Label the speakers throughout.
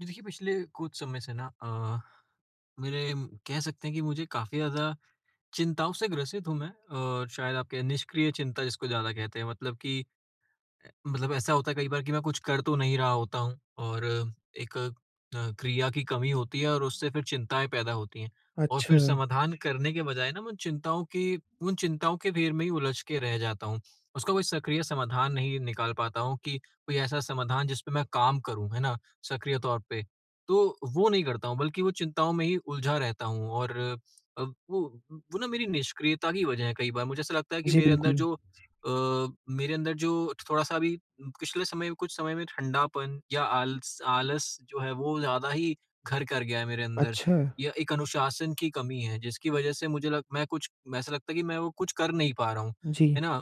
Speaker 1: जी, देखिए पिछले कुछ समय से ना कह सकते हैं कि मुझे काफ़ी ज़्यादा चिंताओं से ग्रसित हूँ मैं। और शायद आपके निष्क्रिय चिंता जिसको ज़्यादा कहते हैं मतलब कि मतलब ऐसा होता है कई बार कि मैं कुछ कर तो नहीं रहा होता हूँ, और एक क्रिया की कमी होती है और उससे फिर चिंताएं पैदा होती हैं। और
Speaker 2: अच्छा,
Speaker 1: फिर समाधान करने के बजाय ना मैं उन चिंताओं के घेर में ही उलझ के रह जाता हूँ। उसका कोई सक्रिय समाधान नहीं निकाल पाता हूँ कि कोई ऐसा समाधान जिस पे मैं काम करूँ, है ना? सक्रिय तौर पे। तो वो नहीं करता हूँ बल्कि वो चिंताओं में ही उलझा रहता हूँ। और अ, वो ना, मेरी निष्क्रियता की वजह है। कई बार मुझे ऐसा लगता है कि
Speaker 2: जी
Speaker 1: मेरे अंदर
Speaker 2: बिल्कुल।
Speaker 1: जो अ, मेरे अंदर जो थोड़ा-सा अभी पिछले समय कुछ समय में ठंडापन या आलस आलस जो है वो ज़्यादा ही घर कर गया है मेरे अंदर।
Speaker 2: अच्छा,
Speaker 1: या एक अनुशासन की कमी है जिसकी वज़ह से मुझे लग मैं कुछ ऐसा लगता है कि मैं वो कुछ कर नहीं पा रहा हूँ,
Speaker 2: जी,
Speaker 1: है ना?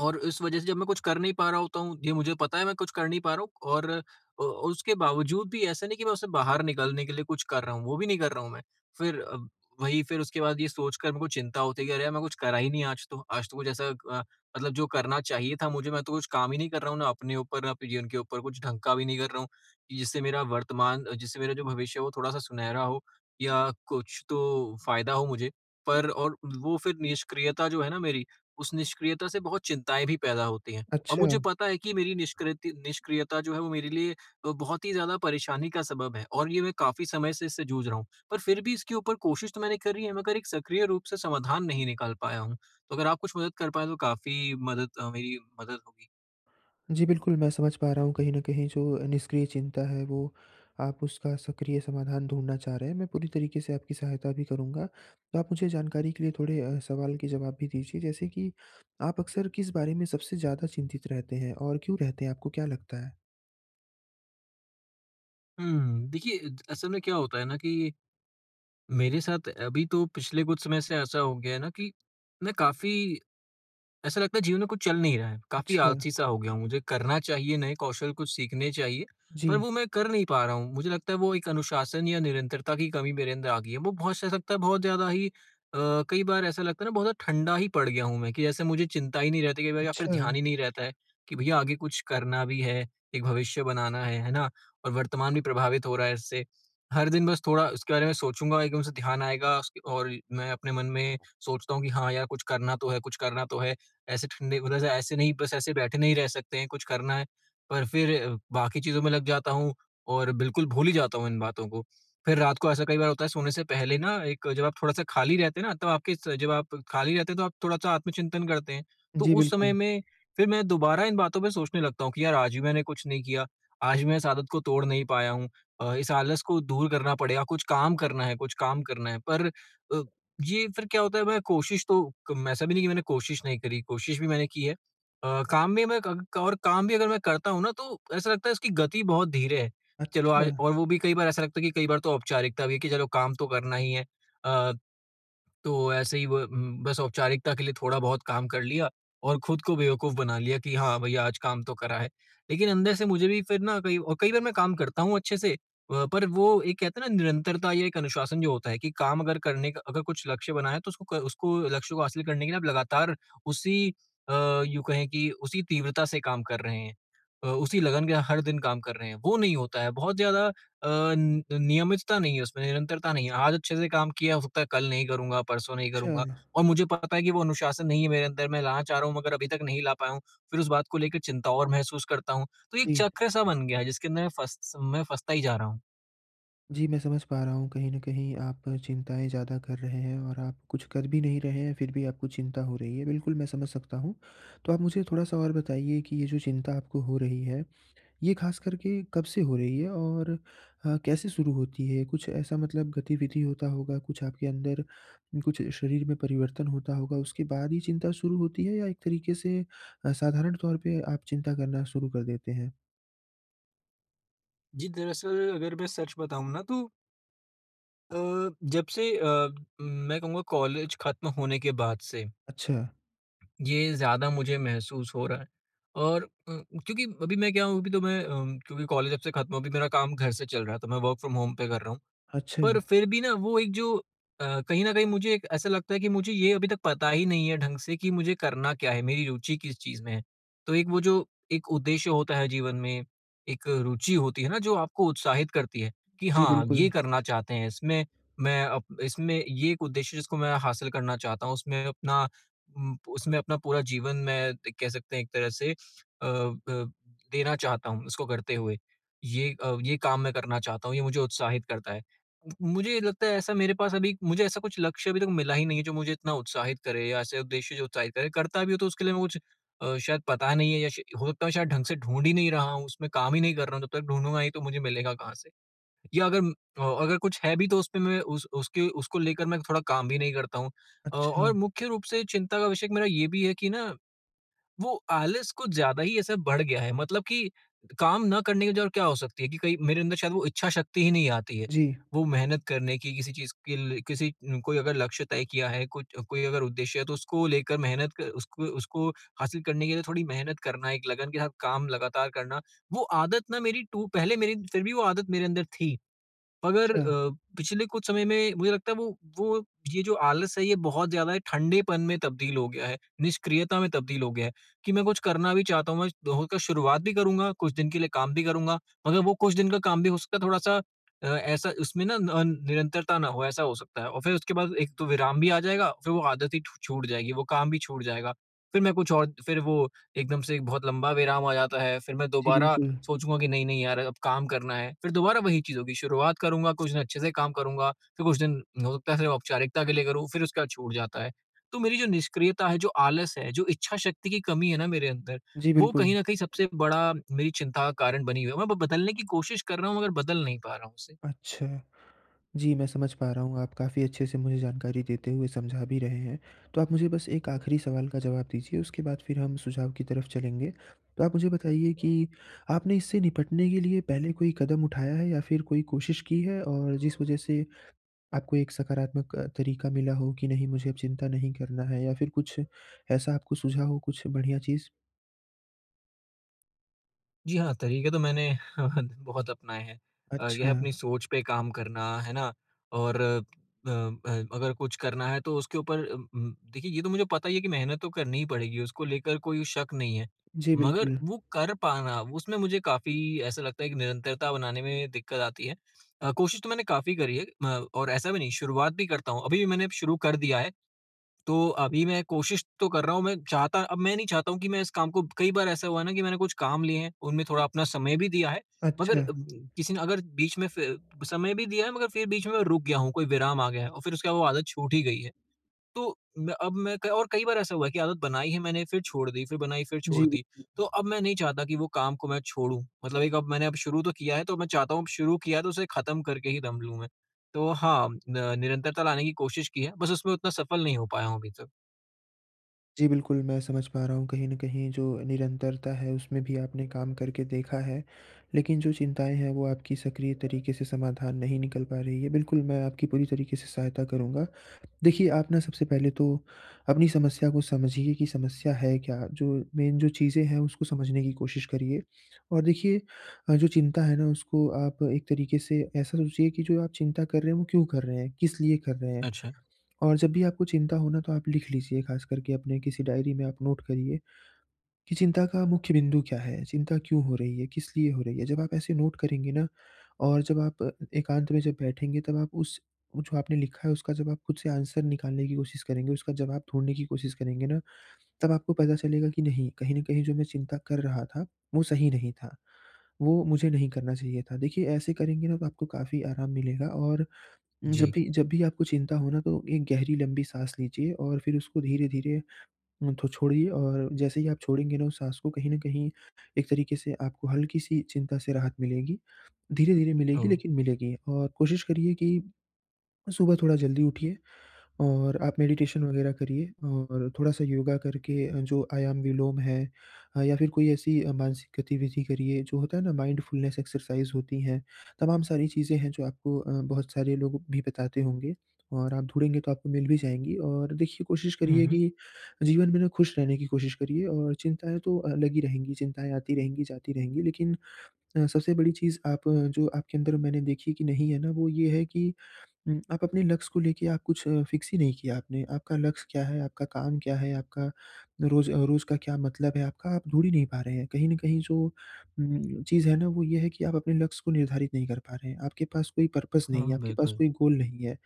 Speaker 1: और इस वजह से जब मैं कुछ कर नहीं पा रहा होता हूँ, ये मुझे पता है मैं कुछ कर नहीं पा रहा हूँ। और उसके बावजूद भी ऐसा नहीं कि मैं उससे बाहर निकलने के लिए कुछ कर रहा हूँ, वो भी नहीं कर रहा हूँ मैं। फिर वही फिर उसके बाद ये सोचकर मेरे को चिंता होती है कि अरे यार! मैं कुछ करा ही नहीं आज तो। आज तो कुछ ऐसा मतलब जो करना चाहिए था मुझे, मैं तो कुछ काम ही नहीं कर रहा हूँ, ना अपने ऊपर, ना अपने जीवन के ऊपर, कुछ ढंग का भी नहीं कर रहा हूँ, कि जिससे मेरा वर्तमान जिससे मेरा जो भविष्य है वो थोड़ा-सा सुनहरा हो या कुछ तो फ़ायदा हो मुझे। पर और वो फिर निष्क्रियता जो है ना मेरी, उस निष्क्रियता से बहुत चिंताएँ भी पैदा होती हैं। और
Speaker 2: अच्छा।
Speaker 1: मुझे पता है कि मेरी निष्कृति निष्क्रियता जो है वो मेरे लिए बहुत ही ज़्यादा परेशानी का सबब है, और ये मैं काफ़ी समय से इससे जूझ रहा हूँ। पर फिर भी इसके ऊपर कोशिश तो मैंने करी है मगर एक सक्रिय रूप से समाधान नहीं निकाल पाया हूँ। तो अगर आप कुछ मदद कर पाएँ तो मेरी मदद होगी।
Speaker 2: जी बिल्कुल, मैं समझ पा रहा हूँ कहीं न कहीं जो निष्क्रिय चिंता है वो आप उसका सक्रिय समाधान ढूँढना चाह रहे हैं। मैं पूरी तरीके से आपकी सहायता भी करूँगा। तो आप मुझे जानकारी के लिए थोड़े सवाल के जवाब भी दीजिए जैसे कि आप अक्सर किस बारे में सबसे ज़्यादा चिंतित रहते हैं और क्यों रहते हैं? आपको क्या लगता है?
Speaker 1: देखिए द असल में क्या होता है ना कि मेरे साथ अभी तो पिछले कुछ समय से ऐसा हो गया है ना कि मैं काफ़ी, ऐसा लगता है जीवन में कुछ चल नहीं रहा है। काफ़ी
Speaker 2: अच्छा,
Speaker 1: आलसी-सा हो गया हूँ। मुझे करना चाहिए, नए कौशल कुछ सीखने चाहिए, पर
Speaker 2: जी,
Speaker 1: वो मैं कर नहीं पा रहा हूँ। मुझे लगता है वो एक अनुशासन या निरंतरता की कमी मेरे अंदर आ गई है। वो बहुत सा सकता है बहुत ज़्यादा ही अ, कई बार ऐसा लगता है ना, बहुत ज़्यादा ठंडा ही पड़ गया हूँ मैं कि जैसे मुझे चिंता ही नहीं रहती कई बार या फिर
Speaker 2: अच्छा।
Speaker 1: ध्यान ही नहीं रहता है कि भैया आगे कुछ करना भी है, एक भविष्य बनाना है ना? और वर्तमान भी प्रभावित हो रहा है इससे। हर दिन बस थोड़ा उसके बारे में सोचूँगा, एकदम से ध्यान आएगा उसके, और मैं अपने मन में सोचता हूँ कि हाँ यार, कुछ करना तो है, कुछ करना तो है। ऐसे ठंडे मतलब ऐसे ऐसे नहीं, बस ऐसे बैठे नहीं रह सकते हैं, कुछ करना है। पर फिर बाकी चीज़ों में लग जाता हूँ और बिल्कुल भूल ही जाता हूँ इन बातों को। फिर रात को ऐसा कई बार होता है सोने से पहले ना, एक जब आप थोड़ा-सा खाली रहते हैं ना तब आपके स जब आप खाली रहते हैं तो आप थोड़ा-सा आत्मचिंतन करते हैं। तो
Speaker 2: जी
Speaker 1: उस समय
Speaker 2: बिल्कुल।
Speaker 1: में फिर मैं दोबारा इन बातों पे सोचने लगता हूँ कि यार आज भी मैंने कुछ नहीं किया, आज भी मैं इस आदत को तोड़ नहीं पाया हूँ। इस आलस को दूर करना पड़ेगा, कुछ काम करना है, कुछ काम करना है। पर अ, ये फिर क्या होता है, मैं कोशिश तो, कम ऐसा भी नहीं कि मैंने कोशिश नहीं करी, कोशिश भी मैंने की है। काम में मैं क और काम भी अगर मैं करता हूँ ना तो ऐसा लगता है इसकी गति बहुत धीरे है। चलो
Speaker 2: अच्छा,
Speaker 1: आज, और वो भी कई बार ऐसा लगता है कि कई बार तो औपचारिकता भी है कि चलो काम तो करना ही है। अ, तो ऐसे ही वो बस औपचारिकता के लिए थोड़ा बहुत काम कर लिया और खुद को बेवकूफ़ बना लिया कि हाँ, भैया आज काम तो करा है। लेकिन अंदर से मुझे भी फिर ना कई और कई बार मैं काम करता हूँ अच्छे से, पर वो एक कहते हैं ना, निरंतरता या एक अनुशासन जो होता है कि काम अगर करने का अगर कुछ लक्ष्य बना है तो उसको क उसको लक्ष्य को हासिल करने के लिए आप लगातार उसी अ, यूँ कहें कि उसी तीव्रता से काम कर रहे हैं। उसी लगन के हर दिन काम कर रहे हैं, वो नहीं होता है। बहुत ज़्यादा अ, न नियमितता नहीं है उसमें, निरंतरता नहीं है। आज अच्छे से काम किया, हो सकता है कल नहीं करूँगा, परसों नहीं
Speaker 2: अच्छा,
Speaker 1: करूँगा। और मुझे पता है कि वो अनुशासन नहीं है मेरे अंदर, मैं लाना चाह रहा हूँ मगर अभी तक नहीं ला पाया हूँ। फिर उस बात को लेकर चिंता और महसूस करता हूँ। तो ये एक
Speaker 2: जी।
Speaker 1: चक्र-सा बन गया है जिसके अंदर मैं फँसता ही जा रहा हूँ।
Speaker 2: जी, मैं समझ पा रहा हूँ कहीं न कहीं आप चिंताएँ ज़्यादा कर रहे हैं और आप कुछ कर भी नहीं रहे हैं, फिर भी आपको चिंता हो रही है। बिल्कुल, मैं समझ सकता हूँ। तो आप मुझे थोड़ा-सा और बताइए कि ये जो चिंता आपको हो रही है, ये ख़ास करके कब से हो रही है और कैसे शुरू होती है? कुछ ऐसा मतलब गतिविधि होता होगा, कुछ आपके अंदर कुछ शरीर में परिवर्तन होता होगा, उसके बाद ही चिंता शुरू होती है या एक तरीके से साधारण तौर पे आप चिंता करना शुरू कर देते हैं?
Speaker 1: जी, दरअसल अगर मैं सच बताऊँ ना तो अ, जब से मैं कहूँगा, कॉलेज खत्म होने के बाद से
Speaker 2: अच्छा,
Speaker 1: ये ज़्यादा मुझे महसूस हो रहा है। और क्योंकि अभी मैं क्या हूँ, अभी तो मैं क्योंकि कॉलेज जब से खत्म हुआ, अभी मेरा काम घर से चल रहा है, तो मैं वर्क फ्रॉम होम पे कर रहा हूँ।
Speaker 2: अच्छा।
Speaker 1: पर फिर भी ना, वो एक जो अ, कहीं न कहीं मुझे एक ऐसा लगता है कि मुझे ये अभी तक पता ही नहीं है ढंग से कि मुझे करना क्या है, मेरी रुचि किस चीज़ में है। तो एक वो जो एक उद्देश्य होता है जीवन में, एक रुचि होती है ना जो आपको उत्साहित करती है कि
Speaker 2: जी,
Speaker 1: हाँ,
Speaker 2: बिल्कुल।
Speaker 1: ये करना चाहते हैं, इसमें मैं अप इसमें ये एक उद्देश्य जिसको मैं हासिल करना चाहता हूँ, उसमें अपना उसमें अपना पूरा जीवन मैं कह सकते हैं एक तरह से अ, देना चाहता हूँ उसको करते हुए। ये काम मैं करना चाहता हूँ, ये मुझे उत्साहित करता है। मुझे लगता है ऐसा मेरे पास अभी मुझे ऐसा कुछ लक्ष्य अभी तक मिला ही नहीं है जो मुझे इतना उत्साहित करे, या ऐसे उद्देश्य जो उत्साहित करे। करता भी हूँ तो उसके लिए मैं कुछ शायद पता नहीं है, या श हो सकता है शायद ढंग से ढूँढ ही नहीं रहा हूँ, उसमें काम ही नहीं कर रहा हूँ। जब तक ढूँढूँगा ही तो मुझे मिलेगा कहाँ से? या अगर अगर कुछ है भी तो उसपे मैं उस उसके उसको लेकर मैं थोड़ा काम भी नहीं करता हूँ।
Speaker 2: अच्छा,
Speaker 1: और मुख्य रूप से चिंता का विषय मेरा ये भी है कि ना वो आलस कुछ ज़्यादा ही ऐसा बढ़ गया है, मतलब कि काम ना करने की वजह और क्या हो सकती है कि कहीं मेरे अंदर शायद वो इच्छा शक्ति ही नहीं आती है।
Speaker 2: जी।
Speaker 1: वो मेहनत करने की किसी चीज़ के लिए, किसी कोई अगर लक्ष्य तय किया है, कुछ कोई अगर उद्देश्य है तो उसको लेकर मेहनत क उसको उसको हासिल करने के लिए थोड़ी मेहनत करना, एक लगन के साथ काम लगातार करना, वो आदत ना मेरी टू पहले मेरी, फिर भी वो आदत मेरे अंदर थी। मगर
Speaker 2: अच्छा,
Speaker 1: पिछले कुछ समय में मुझे लगता है वो ये जो आलस है ये बहुत ज़्यादा ठंडेपन में तब्दील हो गया है, निष्क्रियता में तब्दील हो गया है कि मैं कुछ करना भी चाहता हूँ, मैं होकर शुरुआत भी करूँगा, कुछ दिन के लिए काम भी करूँगा, मगर वो कुछ दिन का काम भी हो सकता है थोड़ा-सा ऐसा, उसमें ना न निरंतरता ना हो, ऐसा हो सकता है, और फिर उसके बाद एक तो विराम भी आ जाएगा, फिर वो आदत ही छू छूट जाएगी, वो काम भी छूट जाएगा। फिर मैं कुछ और फिर वो एकदम से एक बहुत लंबा विराम आ जाता है, फिर मैं
Speaker 2: जी
Speaker 1: दोबारा
Speaker 2: बिल्कुल।
Speaker 1: सोचूँगा कि नहीं, नहीं यार अब काम करना है। फिर दोबारा वही चीज़ होगी, शुरुआत करूँगा, कुछ दिन अच्छे से काम करूँगा, फिर कुछ दिन हो सकता है सिर्फ़ औपचारिकता के लिए करूँ, फिर उसके बाद छूट जाता है। तो मेरी जो निष्क्रियता है, जो आलस है, जो इच्छा शक्ति की कमी है ना मेरे अंदर,
Speaker 2: जी
Speaker 1: वो
Speaker 2: बिल्कुल।
Speaker 1: कहीं न कहीं सबसे बड़ा मेरी चिंता का कारण बनी हुई है। मैं ब बदलने की कोशिश कर रहा हूँ मगर बदल नहीं पा रहा हूँ उसे।
Speaker 2: अच्छा, जी मैं समझ पा रहा हूँ, आप काफ़ी अच्छे से मुझे जानकारी देते हुए समझा भी रहे हैं। तो आप मुझे बस एक आखिरी सवाल का जवाब दीजिए, उसके बाद फिर हम सुझाव की तरफ चलेंगे। तो आप मुझे बताइए कि आपने इससे निपटने के लिए पहले कोई कदम उठाया है या फिर कोई कोशिश की है और जिस वज़ह से आपको एक सकारात्मक तरीका मिला हो कि नहीं मुझे अब चिंता नहीं करना है या फिर कुछ ऐसा आपको सूझा हो कुछ बढ़िया चीज़?
Speaker 1: जी हाँ, तरीके तो मैंने बहुत अपनाए हैं।
Speaker 2: अच्छा,
Speaker 1: यह अपनी सोच पे काम करना, है ना? और अगर कुछ करना है तो उसके ऊपर देखिए ये तो मुझे पता ही है कि मेहनत तो करनी ही पड़ेगी, उसको लेकर कोई शक नहीं है।
Speaker 2: जी
Speaker 1: मगर
Speaker 2: बिल्कुल।
Speaker 1: वो कर पाना, उसमें मुझे काफ़ी ऐसा लगता है कि निरंतरता बनाने में दिक्कत आती है। कोशिश तो मैंने काफ़ी करी है म और ऐसा भी नहीं, शुरुआत भी करता हूँ। अभी भी मैंने शुरू कर दिया है। तो अभी मैं कोशिश तो कर रहा हूँ, मैं चाहता अब मैं नहीं चाहता हूँ कि मैं इस काम को, कई बार ऐसा हुआ है ना कि मैंने कुछ काम लिए हैं, उनमें थोड़ा अपना समय भी दिया है, मगर
Speaker 2: अच्छा,
Speaker 1: किसी ने अगर बीच में फ़िर समय भी दिया है मगर फ़िर बीच में मैं रुक गया हूँ, कोई विराम आ गया है और फ़िर उसके बाद वो आदत छूट ही गई है। तो मैं अब मैं क और कई बार ऐसा हुआ है कि आदत बनाई है मैंने फ़िर छोड़ दी, फ़िर बनाई फ़िर
Speaker 2: जी।
Speaker 1: छोड़ दी। तो अब मैं नहीं चाहता कि वो काम को मैं छोड़ूँ, मतलब एक अब मैंने अब शुरू तो किया है तो मैं चाहता हूँ अब शुरू किया है तो उसे ख़त्म करके ही दम लूँ मैं। तो हाँ, न निरंतरता लाने की कोशिश की है, बस उसमें उतना सफल नहीं हो पाया हूँ अभी तक।
Speaker 2: जी, बिल्कुल, मैं समझ पा रहा हूँ कहीं न कहीं जो निरंतरता है उसमें भी आपने काम करके देखा है, लेकिन जो चिंताएँ हैं वो आपकी सक्रिय तरीके से समाधान नहीं निकल पा रही है। बिल्कुल, मैं आपकी पूरी तरीके से सहायता करूँगा। देखिए, आप ना सबसे पहले तो अपनी समस्या को समझिए कि समस्या है क्या? जो मेन जो चीज़ें हैं उसको समझने की कोशिश करिए और देखिए जो चिंता है ना उसको आप एक तरीके से ऐसा सोचिए कि जो आप चिंता कर रहे हैं वो क्यों कर रहे हैं? किस लिए कर रहे हैं?
Speaker 1: अच्छा,
Speaker 2: और जब भी आपको चिंता हो ना तो आप लिख लीजिए खास करके अपने किसी डायरी में आप नोट करिए कि चिंता का मुख्य बिंदु क्या है? चिंता क्यों हो रही है? किस लिए हो रही है? जब आप ऐसे नोट करेंगे ना और जब आप एकांत में जब बैठेंगे तब आप उस जो आपने लिखा है उसका जब आप खुद से आंसर निकालने की कोशिश करेंगे, उसका जवाब ढूँढने की कोशिश करेंगे ना, तब आपको पता चलेगा कि नहीं, कहीं न कहीं जो मैं चिंता कर रहा था, वो सही नहीं था। वो मुझे नहीं करना चाहिए था। देखिए ऐसे करेंगे ना तो आपको काफ़ी आराम मिलेगा और जब
Speaker 1: जी।
Speaker 2: भी जब भी आपको चिंता हो ना तो एक गहरी लंबी साँस लीजिए और फिर उसको धीरे-धीरे तो छोड़िए और जैसे ही आप छोड़ेंगे ना उस साँस को कहीं न कहीं एक तरीके से आपको हल्की-सी चिंता से राहत मिलेगी। धीरे-धीरे मिलेगी
Speaker 1: ओह!
Speaker 2: लेकिन मिलेगी और कोशिश करिए कि सुबह थोड़ा जल्दी उठिए और आप मेडिटेशन वगैरह करिए और थोड़ा-सा योगा करके जो आयाम विलोम है या फिर कोई ऐसी मानसिक गतिविधि करिए, जो होता है ना माइंडफुलनेस एक्सरसाइज होती हैं। तमाम सारी चीज़ें हैं जो आपको बहुत सारे लोग भी बताते होंगे और आप ढूँढेंगे तो आपको मिल भी जाएँगी और देखिए कोशिश
Speaker 1: हुँ,
Speaker 2: करिए
Speaker 1: हुँ।
Speaker 2: कि जीवन में ना खुश रहने की कोशिश करिए और चिंताएँ तो लगी रहेंगी, चिंताएँ आती रहेंगी, जाती रहेंगी लेकिन सबसे बड़ी चीज़ आप जो आपके अंदर मैंने देखी कि नहीं है ना, वो ये है कि आप अपने लक्ष्य को लेके आप कुछ फिक्स ही नहीं किया आपने। आपका लक्ष्य क्या है? आपका काम क्या है? आपका रोज़ का क्या मतलब है? आपका आप ढूँढ ही नहीं पा रहे हैं। कहीं न कहीं जो चीज़ है ना वो ये है कि आप अपने लक्ष्य को निर्धारित नहीं कर पा रहे हैं। आपके पास कोई पर्पस नहीं
Speaker 1: हाँ,
Speaker 2: है, आपके पास
Speaker 1: बिल्कुल,
Speaker 2: कोई गोल नहीं है।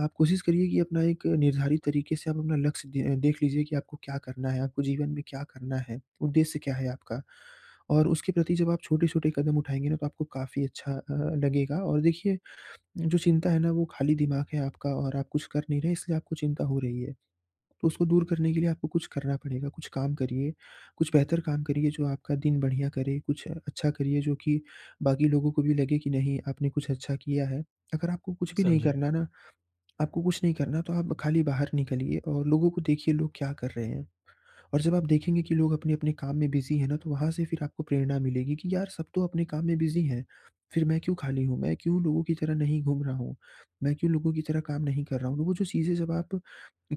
Speaker 2: आप कोशिश करिए कि अपना एक निर्धारित तरीके से आप अपना लक्ष्य दे देख लीजिए कि आपको क्या करना है? आपको जीवन में क्या करना है? उद्देश्य क्या है आपका? और उसके प्रति जब आप छोटे-छोटे कदम उठाएँगे ना तो आपको काफ़ी अच्छा लगेगा और देखिए जो चिंता है ना वो खाली दिमाग है आपका और आप कुछ कर नहीं रहे इसलिए आपको चिंता हो रही है। तो उसको दूर करने के लिए आपको कुछ करना पड़ेगा, कुछ काम करिए, कुछ बेहतर काम करिए जो आपका दिन बढ़िया करे, कुछ अच्छा करिए जो कि बाकी लोगों को भी लगे कि नहीं आपने कुछ अच्छा किया है। अगर आपको कुछ भी नहीं
Speaker 1: समझा।
Speaker 2: करना ना आपको कुछ नहीं करना तो आप खाली बाहर निकलिए और लोगों को देखिए लोग क्या कर रहे हैं। और जब आप देखेंगे कि लोग अपने-अपने काम में बिज़ी हैं ना, तो वहाँ से फिर आपको प्रेरणा मिलेगी कि यार सब तो अपने काम में बिज़ी हैं, फिर मैं क्यों खाली हूँ? मैं क्यों लोगों की तरह नहीं घूम रहा हूँ? मैं क्यों लोगों की तरह काम नहीं कर रहा हूँ? तो वो जो चीज़ें जब आप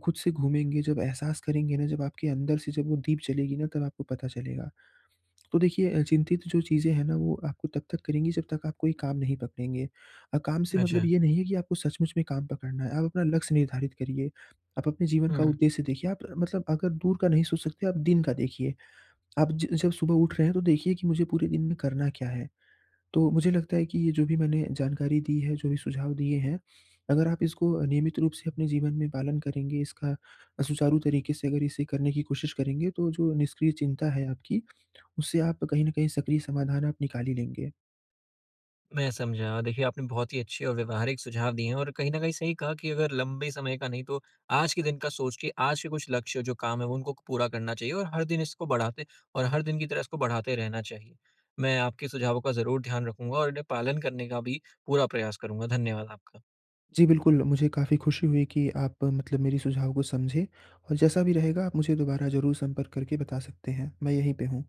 Speaker 2: खुद से घूमेंगे, जब एहसास करेंगे ना, जब आपके अंदर से जब वो दीप जलेगी ना, तब आपको पता चलेगा। तो देखिए चिंतित जो चीज़ें हैं ना वो आपको तब तक करेंगी जब तक आप कोई काम नहीं पकड़ेंगे। काम से मतलब
Speaker 1: अच्छा,
Speaker 2: ये नहीं है कि आपको सचमुच में काम पकड़ना है। आप अपना लक्ष्य निर्धारित करिए, आप अपने जीवन का
Speaker 1: हुँ,
Speaker 2: उद्देश्य देखिए। आप मतलब अगर दूर का नहीं सोच सकते आप दिन का देखिए। आप ज जब सुबह उठ रहे हैं तो देखिए कि मुझे पूरे दिन में करना क्या है। तो मुझे लगता है कि ये जो भी मैंने जानकारी दी है, जो भी सुझाव दिए हैं, अगर आप इसको नियमित रूप से अपने जीवन में पालन करेंगे, इसका सुचारू तरीके से अगर इसे करने की कोशिश करेंगे तो जो निष्क्रिय चिंता है आपकी उससे आप कहीं न कहीं सक्रिय समाधान आप निकाल ही लेंगे।
Speaker 1: मैं समझा। और देखिए, आपने बहुत ही अच्छे और व्यावहारिक सुझाव दिए हैं और कहीं न कहीं सही कहा कि अगर लंबे समय का नहीं, तो आज के दिन का सोच के आज के कुछ लक्ष्य जो काम है, वो उनको पूरा करना चाहिए, और हर दिन की तरह इसको बढ़ाते रहना चाहिए। मैं आपके सुझावों का ज़रूर ध्यान रखूँगा और इन्हें पालन करने का भी पूरा प्रयास करूँगा। धन्यवाद आपका।
Speaker 2: जी, बिल्कुल, मुझे काफ़ी खुशी हुई कि आप मतलब मेरे सुझाव को समझे और जैसा भी रहेगा आप मुझे दोबारा ज़रूर संपर्क करके बता सकते हैं। मैं यहीं पे हूँ।